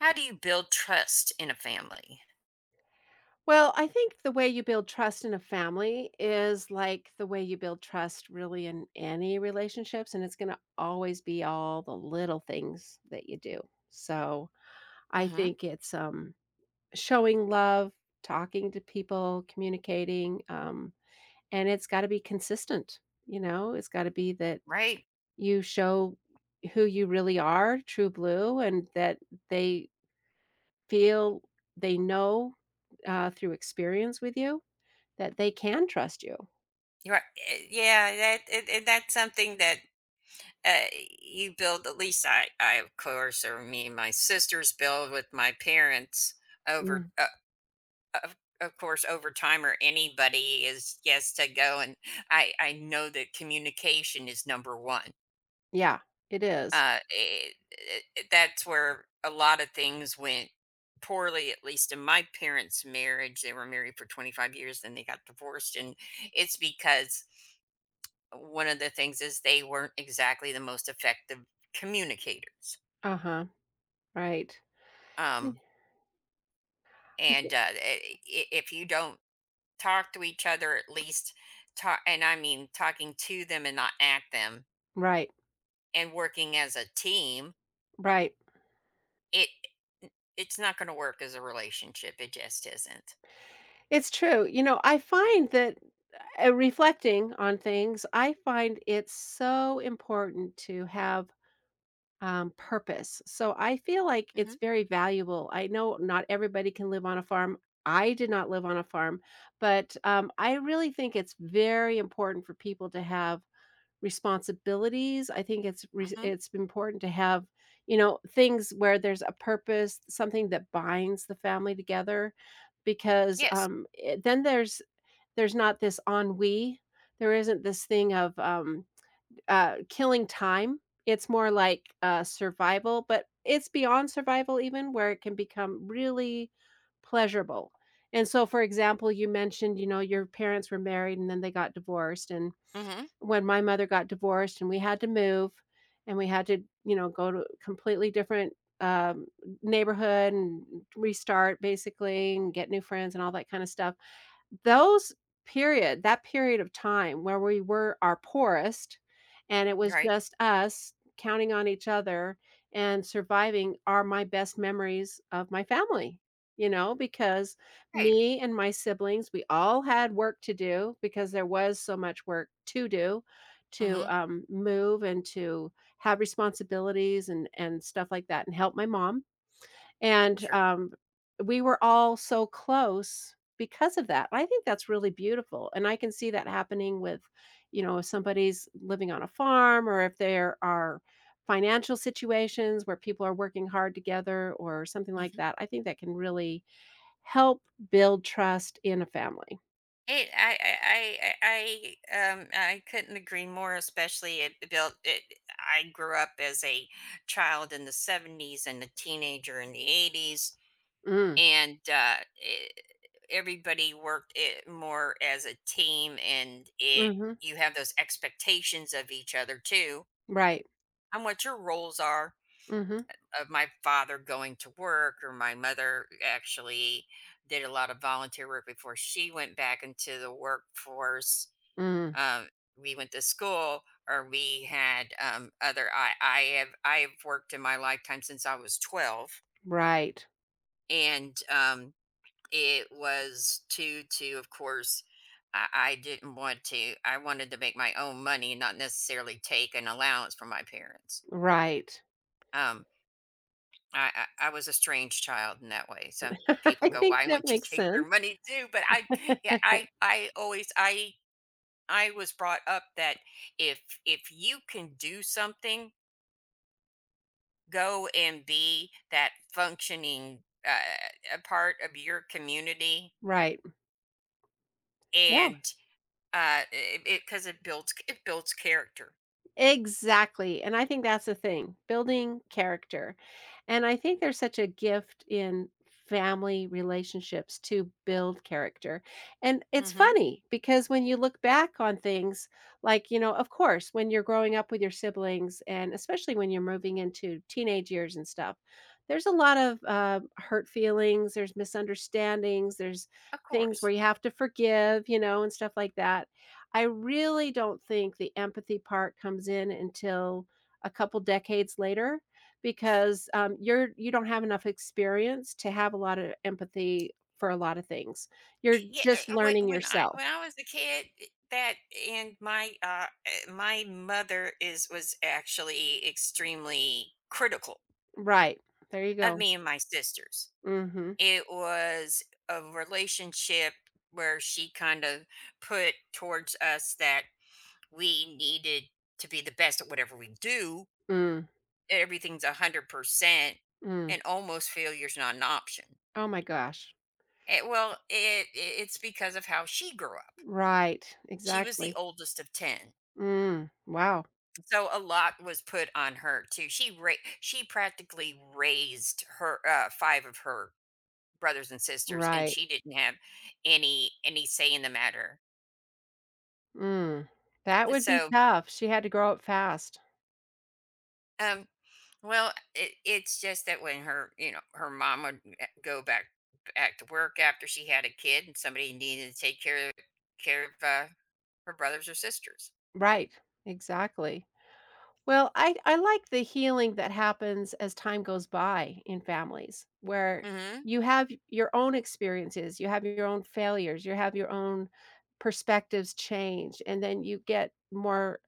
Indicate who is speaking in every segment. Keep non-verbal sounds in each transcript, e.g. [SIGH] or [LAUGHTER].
Speaker 1: How do you build trust in a family?
Speaker 2: Well, I think the way you build trust in a family is like the way you build trust really in any relationships. And it's going to always be all the little things that you do. So I
Speaker 1: hmm
Speaker 2: think it's showing love, talking to people, communicating, and it's got to be consistent. You know, it's got to be that
Speaker 1: Right?
Speaker 2: you show who you really are, true blue, and that they feel they know through experience with you that they can trust you.
Speaker 1: You're right. Yeah, that's something that uh, you build. At least I of course, or me and my sisters build with my parents over.
Speaker 2: Mm,
Speaker 1: Of course, over time, or anybody is yes to go. And I know that communication is number one.
Speaker 2: yeah, it is.
Speaker 1: Uh, it, it, that's where a lot of things went poorly, at least in my parents' marriage. They were married for 25 years, then they got divorced. And it's because one of the things is they weren't exactly the most effective communicators.
Speaker 2: Uh-huh, right. Yeah,
Speaker 1: Um, and uh, i- if you don't talk to each other, at least talk, and I mean talking to them and not at them,
Speaker 2: right,
Speaker 1: and working as a team,
Speaker 2: right.
Speaker 1: it it's not going to work as a relationship. It just isn't.
Speaker 2: It's true, you know, I find that, reflecting on things, I find it's so important to have, purpose, so I feel like it's
Speaker 1: Mhm.
Speaker 2: very valuable. I know not everybody can live on a farm. I did not live on a farm, but, I really think it's very important for people to have responsibilities. I think it's res
Speaker 1: Mhm.
Speaker 2: it's important to have, you know, things where there's a purpose, something that binds the family together because,
Speaker 1: Yes.
Speaker 2: then there's not this ennui. There isn't this thing of, killing time. It's more like, survival, but it's beyond survival even where it can become really pleasurable. And so, for example, you mentioned, you know, your parents were married and then they got divorced. And
Speaker 1: Mhm.
Speaker 2: when my mother got divorced, and we had to move, and we had to, you know, go to completely different um, neighborhood and restart basically and get new friends and all that kind of stuff. Those period that period of time where we were our poorest, and it was
Speaker 1: Right.
Speaker 2: just us counting on each other and surviving are my best memories of my family, you know, because
Speaker 1: Right.
Speaker 2: me and my siblings, we all had work to do because there was so much work to do, to,
Speaker 1: Mhm.
Speaker 2: move and to have responsibilities and stuff like that and help my mom. And,
Speaker 1: Sure.
Speaker 2: we were all so close because of that. I think that's really beautiful, and I can see that happening with, you know, if somebody's living on a farm or if there are financial situations where people are working hard together or something like
Speaker 1: Mhm.
Speaker 2: that. I think that can really help build trust in a family.
Speaker 1: It, I couldn't agree more. Especially it built. I grew up as a child in the '70s and a teenager in the '80s,
Speaker 2: Mm,
Speaker 1: and everybody worked it more as a team. And it,
Speaker 2: mhm,
Speaker 1: you have those expectations of each other too,
Speaker 2: right.
Speaker 1: on what your roles are
Speaker 2: Mhm,
Speaker 1: of my father going to work or my mother actually did a lot of volunteer work before she went back into the workforce.
Speaker 2: mm,
Speaker 1: um, we went to school or we had other I have worked in my lifetime since I was 12,
Speaker 2: right,
Speaker 1: and it was to of course I didn't want to. I wanted to make my own money, not necessarily take an allowance from my parents.
Speaker 2: right.
Speaker 1: Um, I I I was a strange child in that way. Some
Speaker 2: [LAUGHS]
Speaker 1: people
Speaker 2: I
Speaker 1: go,
Speaker 2: think
Speaker 1: "Why [LAUGHS]
Speaker 2: that
Speaker 1: wouldn't you
Speaker 2: makes
Speaker 1: take their
Speaker 2: sense.
Speaker 1: money too?" Yeah, I was brought up that if if you can do something, go and be that functioning a part of your community,
Speaker 2: Right. Yeah.
Speaker 1: and 'cause it builds it builds character.
Speaker 2: Exactly, and I think that's the thing, building character, and I think there's such a gift in family relationships to build character, and it's
Speaker 1: hmm
Speaker 2: funny because when you look back on things, like, you know, of course, when you're growing up with your siblings and especially when you're moving into teenage years and stuff, there's a lot of, hurt feelings, there's misunderstandings, there's
Speaker 1: Of
Speaker 2: things
Speaker 1: course.
Speaker 2: where you have to forgive, you know, and stuff like that. I really don't think the empathy part comes in until a couple decades later because, you don't have enough experience to have a lot of empathy for a lot of things. You're
Speaker 1: It
Speaker 2: just
Speaker 1: Yeah, uh, when
Speaker 2: learning
Speaker 1: when I
Speaker 2: yourself.
Speaker 1: when I was a kid, eh, that and my mother is was actually extremely critical
Speaker 2: Right. There you
Speaker 1: of
Speaker 2: go.
Speaker 1: me and my sisters.
Speaker 2: Mhm.
Speaker 1: It was a relationship where she kind of put towards us that we needed to be the best at whatever we do,
Speaker 2: Mm,
Speaker 1: everything's 100%,
Speaker 2: mm.
Speaker 1: and almost failure's not an option.
Speaker 2: Oh my gosh.
Speaker 1: Well, it's because of how she grew up.
Speaker 2: Right.
Speaker 1: She was the
Speaker 2: Exactly.
Speaker 1: oldest of 10.
Speaker 2: Mm. Wow.
Speaker 1: So a lot was put on her too. She practically raised her five of her brothers and sisters, and
Speaker 2: Right.
Speaker 1: she didn't have any say in the matter.
Speaker 2: Mm. That would be
Speaker 1: So,
Speaker 2: tough. She had to grow up fast.
Speaker 1: um, well, it, it's just that when her you know her mom would go back to work after she had a kid, and somebody needed to take care of care of uh, her brothers or sisters.
Speaker 2: Right. Exactly. Well, I like the healing that happens as time goes by in families where
Speaker 1: hmm
Speaker 2: you have your own experiences, you have your own failures, you have your own perspectives change, and then you get more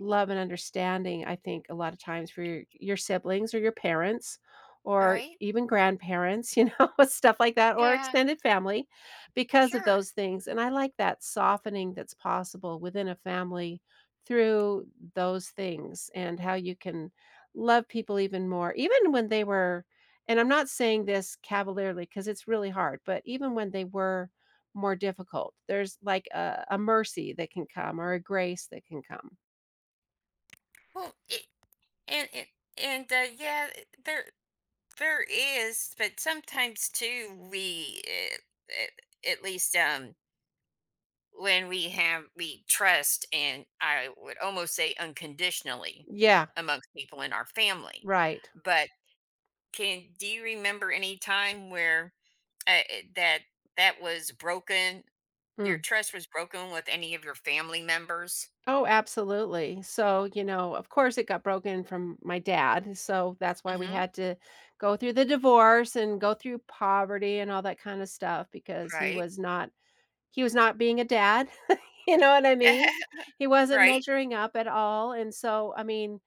Speaker 2: love and understanding, I think, a lot of times for your siblings or your parents or
Speaker 1: Right?
Speaker 2: even grandparents, you know, [LAUGHS] stuff like that, or
Speaker 1: Yeah.
Speaker 2: extended family because of
Speaker 1: Sure.
Speaker 2: those things. And I like that softening that's possible within a family through those things and how you can love people even more, even when they were, and I'm not saying this cavalierly because it's really hard, but even when they were more difficult, there's like a mercy that can come or a grace that can come.
Speaker 1: Well, it, and it, and yeah, there. There is, but sometimes too, we at least when we have we trust, and I would almost say unconditionally
Speaker 2: Yeah,
Speaker 1: amongst people in our family.
Speaker 2: right.
Speaker 1: But can do you remember any time where uh, uh, that that was broken? Your
Speaker 2: Mm.
Speaker 1: trust was broken with any of your family members?
Speaker 2: Oh, absolutely. So, you know, of course it got broken from my dad. So that's why we
Speaker 1: hmm
Speaker 2: had to go through the divorce and go through poverty and all that kind of stuff because he
Speaker 1: right?
Speaker 2: was not. He was not being a dad, [LAUGHS] you know what I
Speaker 1: [LAUGHS]
Speaker 2: mean? He wasn't
Speaker 1: Right?
Speaker 2: measuring up at all, and so, I mean,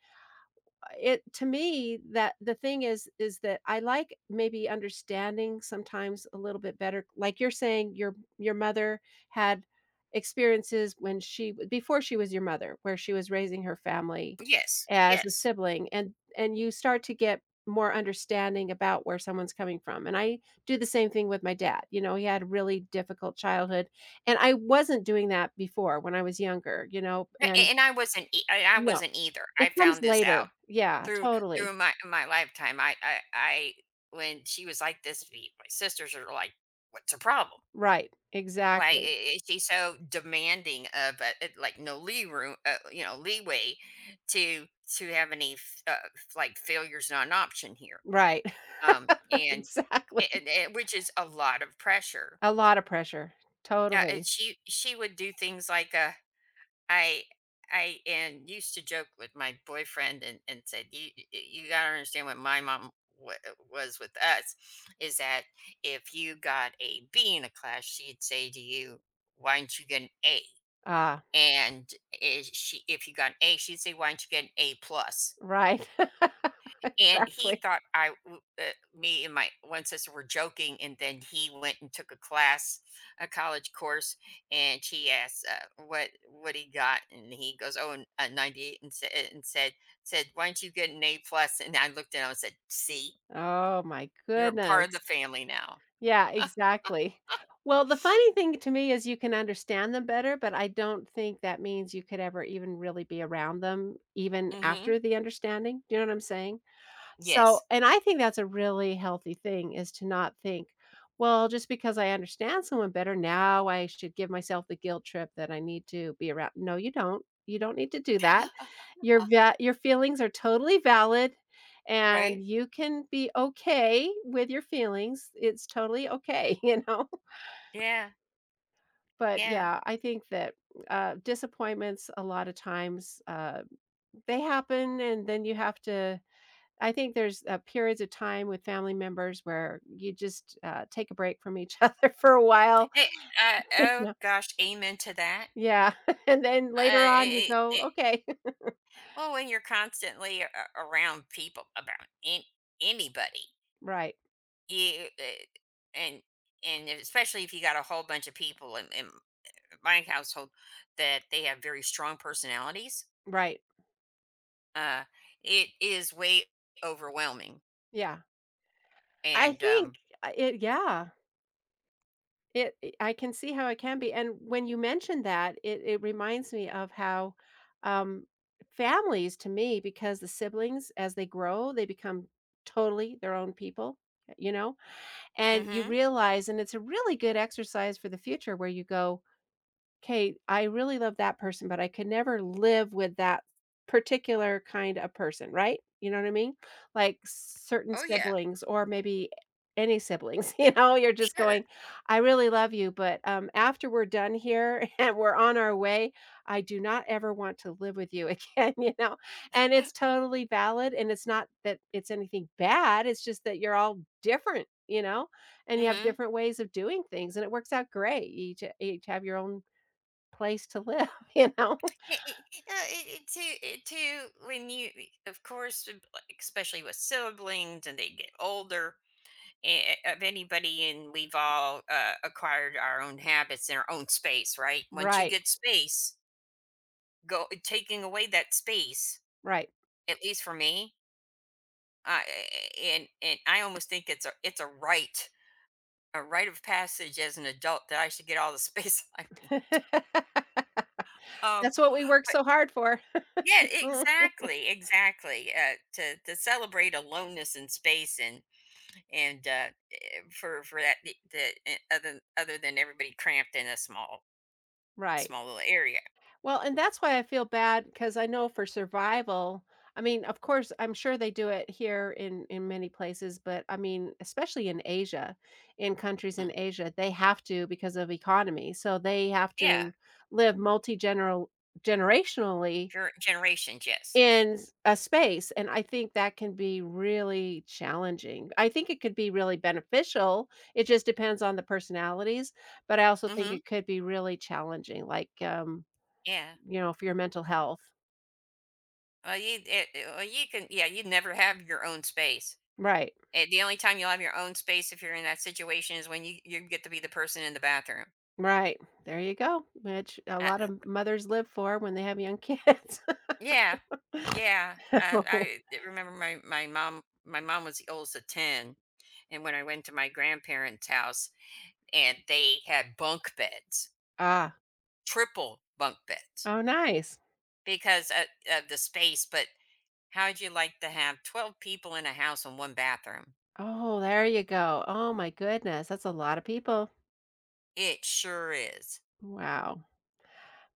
Speaker 2: it to me that the thing is that I like maybe understanding sometimes a little bit better, like you're saying, your mother had experiences when before she was your mother, where she was raising her family
Speaker 1: Yes.
Speaker 2: as a
Speaker 1: Yes.
Speaker 2: sibling, and you start to get more understanding about where someone's coming from. And I do the same thing with my dad. You know, he had a really difficult childhood, and I wasn't doing that before when I was younger, you know.
Speaker 1: Right, a
Speaker 2: And
Speaker 1: and I
Speaker 2: no,
Speaker 1: wasn't either. I
Speaker 2: it comes
Speaker 1: found this out
Speaker 2: later, yeah,
Speaker 1: through
Speaker 2: totally.
Speaker 1: my lifetime. I When she was like this, me my sisters are like, "What's the problem?
Speaker 2: Right,
Speaker 1: Why
Speaker 2: exactly.
Speaker 1: I Is she so demanding of, like, no lee room leeway to have any f f like, failure's not an option here."
Speaker 2: Right,
Speaker 1: Um,
Speaker 2: [LAUGHS]
Speaker 1: and
Speaker 2: exactly.
Speaker 1: and which is a lot of pressure.
Speaker 2: A lot of pressure,
Speaker 1: Yeah, and
Speaker 2: totally.
Speaker 1: she would do things like, I I and used to joke with my boyfriend and said you gotta understand what my mom wa was with us is that if you got a B in a class, she'd say to you, "Why didn't you get an A?"
Speaker 2: Ah,
Speaker 1: And is she if you got an A, she'd say, "Why didn't you get an A plus?"
Speaker 2: right. [LAUGHS]
Speaker 1: And he
Speaker 2: Exactly.
Speaker 1: thought I w me and my one sister were joking, and then he went and took a class, a college course, and she asked, what he got, and he goes, "Oh, n- a 98," and sa and said said, "Why don't you get an A plus?" And I looked at him and said, "See,
Speaker 2: Oh my
Speaker 1: you're a part of the
Speaker 2: goodness.
Speaker 1: family now."
Speaker 2: Yeah,
Speaker 1: [LAUGHS]
Speaker 2: exactly. Well, the funny thing to me is you can understand them better, but I don't think that means you could ever even really be around them even
Speaker 1: Mhm.
Speaker 2: after the understanding. Do you know what I'm saying? So
Speaker 1: Yes.
Speaker 2: and I think that's a really healthy thing is to not think, "Well, just because I understand someone better, now I should give myself the guilt trip that I need to be around." No, you don't. You don't need to do that.
Speaker 1: [LAUGHS]
Speaker 2: Your feelings are totally valid,
Speaker 1: Right?
Speaker 2: and you can be okay with your feelings. It's totally okay, [LAUGHS] you know?
Speaker 1: Yeah,
Speaker 2: But,
Speaker 1: yeah.
Speaker 2: yeah, I think that, disappointments a lot of times, they happen, and then you have to, I think there's periods of time with family members where you just take a break from each [LAUGHS] other for a while.
Speaker 1: Hey,
Speaker 2: [LAUGHS] You
Speaker 1: oh
Speaker 2: know?
Speaker 1: gosh, amen to that.
Speaker 2: Yeah. [LAUGHS] And then later on, you
Speaker 1: Uh,
Speaker 2: go,
Speaker 1: I
Speaker 2: okay. [LAUGHS]
Speaker 1: Well, when you're constantly around people, about an anybody,
Speaker 2: Right.
Speaker 1: you and and especially if you got a whole bunch of people in my household that they have very strong personalities,
Speaker 2: Right.
Speaker 1: uh, it is way overwhelming.
Speaker 2: Yeah. I
Speaker 1: And
Speaker 2: think yeah. I can see how it can be. And when you mentioned that, it reminds me of how um, families, to me, because the siblings, as they grow, they become totally their own people, you know? And you
Speaker 1: hmm
Speaker 2: realize, and it's a really good exercise for the future where you go, okay, I really love that person, but I could never live with that particular kind of person, right? You know what I mean? Like certain
Speaker 1: oh yeah,
Speaker 2: siblings or maybe any siblings, [LAUGHS] you know, you're just
Speaker 1: sure,
Speaker 2: going, "I really love you, but, after we're done here [LAUGHS] and we're on our way, I do not ever want to live with you again," [LAUGHS] you know? And it's totally valid, and it's not that it's anything bad, it's just that you're all different, you know? And you have
Speaker 1: mm-hmm.
Speaker 2: different ways of doing things, and it works out great. You each have your own place to live, [LAUGHS] you know?
Speaker 1: It too. When you, of course, like, especially with siblings, and they get older, of anybody, and we've all acquired our own habits in our own space. Right, once you
Speaker 2: Right,
Speaker 1: get space, go taking away that space,
Speaker 2: right.
Speaker 1: at least for me, uh, and I almost think it's a a rite of passage as an adult that I should get all the space [LAUGHS] I want.
Speaker 2: [LAUGHS]
Speaker 1: um
Speaker 2: That's what we work
Speaker 1: but
Speaker 2: so hard for.
Speaker 1: yeah,
Speaker 2: Mm.
Speaker 1: exactly, to celebrate aloneness in space, and and uh, for that, the, eh, other other than everybody cramped in a small
Speaker 2: Right.
Speaker 1: Little area.
Speaker 2: Well, and that's why I feel bad because I know for survival, I mean, of course, I'm sure they do it here in many places, but I mean, especially in Asia, in countries in
Speaker 1: Mm.
Speaker 2: Asia, they have to because of economy. So they have
Speaker 1: Yeah,
Speaker 2: to live multi-general generationally
Speaker 1: ger generations, yes.
Speaker 2: in s a space, and I think that can be really challenging. I think it could be really beneficial, it just depends on the personalities, but I also think
Speaker 1: Mhm.
Speaker 2: it could be really challenging, like,
Speaker 1: Yeah.
Speaker 2: you know, for your mental health.
Speaker 1: Well, you it it well, you can yeah, you never have your own space.
Speaker 2: Right,
Speaker 1: The only time you'll have your own space if you're in that situation is when you get to be the person in the bathroom.
Speaker 2: right, there you go, which a
Speaker 1: Uh
Speaker 2: lot of
Speaker 1: uh
Speaker 2: mothers live for when they have young kids.
Speaker 1: yeah, yeah.
Speaker 2: [LAUGHS] Oh,
Speaker 1: I d Remember my mom was the oldest of 10, and when I went to my grandparents' house, and they had bunk beds,
Speaker 2: ah,
Speaker 1: triple bunk beds
Speaker 2: oh, nice.
Speaker 1: because of the space, but how'd you like to have 12 people in a house in one bathroom?
Speaker 2: Oh, there you go. Oh my goodness, that's a lot of people.
Speaker 1: It sure is.
Speaker 2: Wow,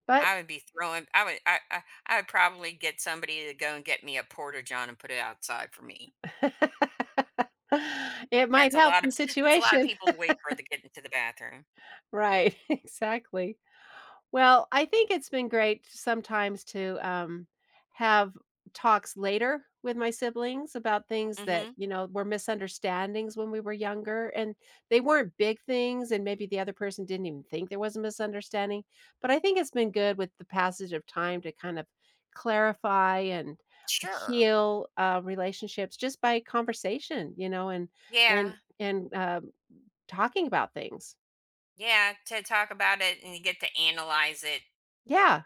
Speaker 2: but
Speaker 1: I would be throwing I would probably get somebody to go and get me a porta john and put it outside for me.
Speaker 2: [LAUGHS] it
Speaker 1: That's
Speaker 2: might
Speaker 1: a
Speaker 2: help
Speaker 1: lot of
Speaker 2: the
Speaker 1: that's a lot of
Speaker 2: situation.
Speaker 1: people to
Speaker 2: [LAUGHS]
Speaker 1: wait for to get into the bathroom.
Speaker 2: Right, [LAUGHS] exactly. Well, I think it's been great sometimes to, have talks later with my siblings about things that,
Speaker 1: Mhm.
Speaker 2: you know, were misunderstandings when we were younger, and they weren't big things, and maybe the other person didn't even think there was a misunderstanding, but I think it's been good with the passage of time to kind of clarify and
Speaker 1: Sure.
Speaker 2: heal, relationships just by conversation, you know, and
Speaker 1: Yeah.
Speaker 2: and talking about things.
Speaker 1: Yeah, to talk about it and you get to analyze it
Speaker 2: Yeah.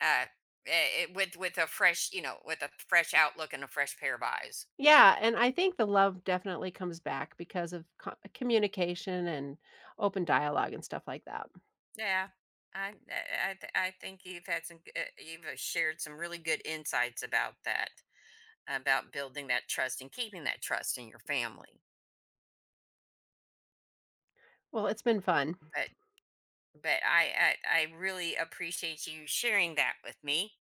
Speaker 1: uh with a fresh, you know, with a fresh outlook and a fresh pair of eyes.
Speaker 2: Yeah, and I think the love definitely comes back because of co communication and open dialogue and stuff like that.
Speaker 1: Yeah, I think you've had you've shared some really good insights about that, about building that trust and keeping that trust in your family.
Speaker 2: Well, it's been fun.
Speaker 1: But I really appreciate you sharing that with me,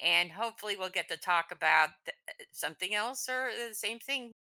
Speaker 1: and hopefully we'll get to talk about something else or the same thing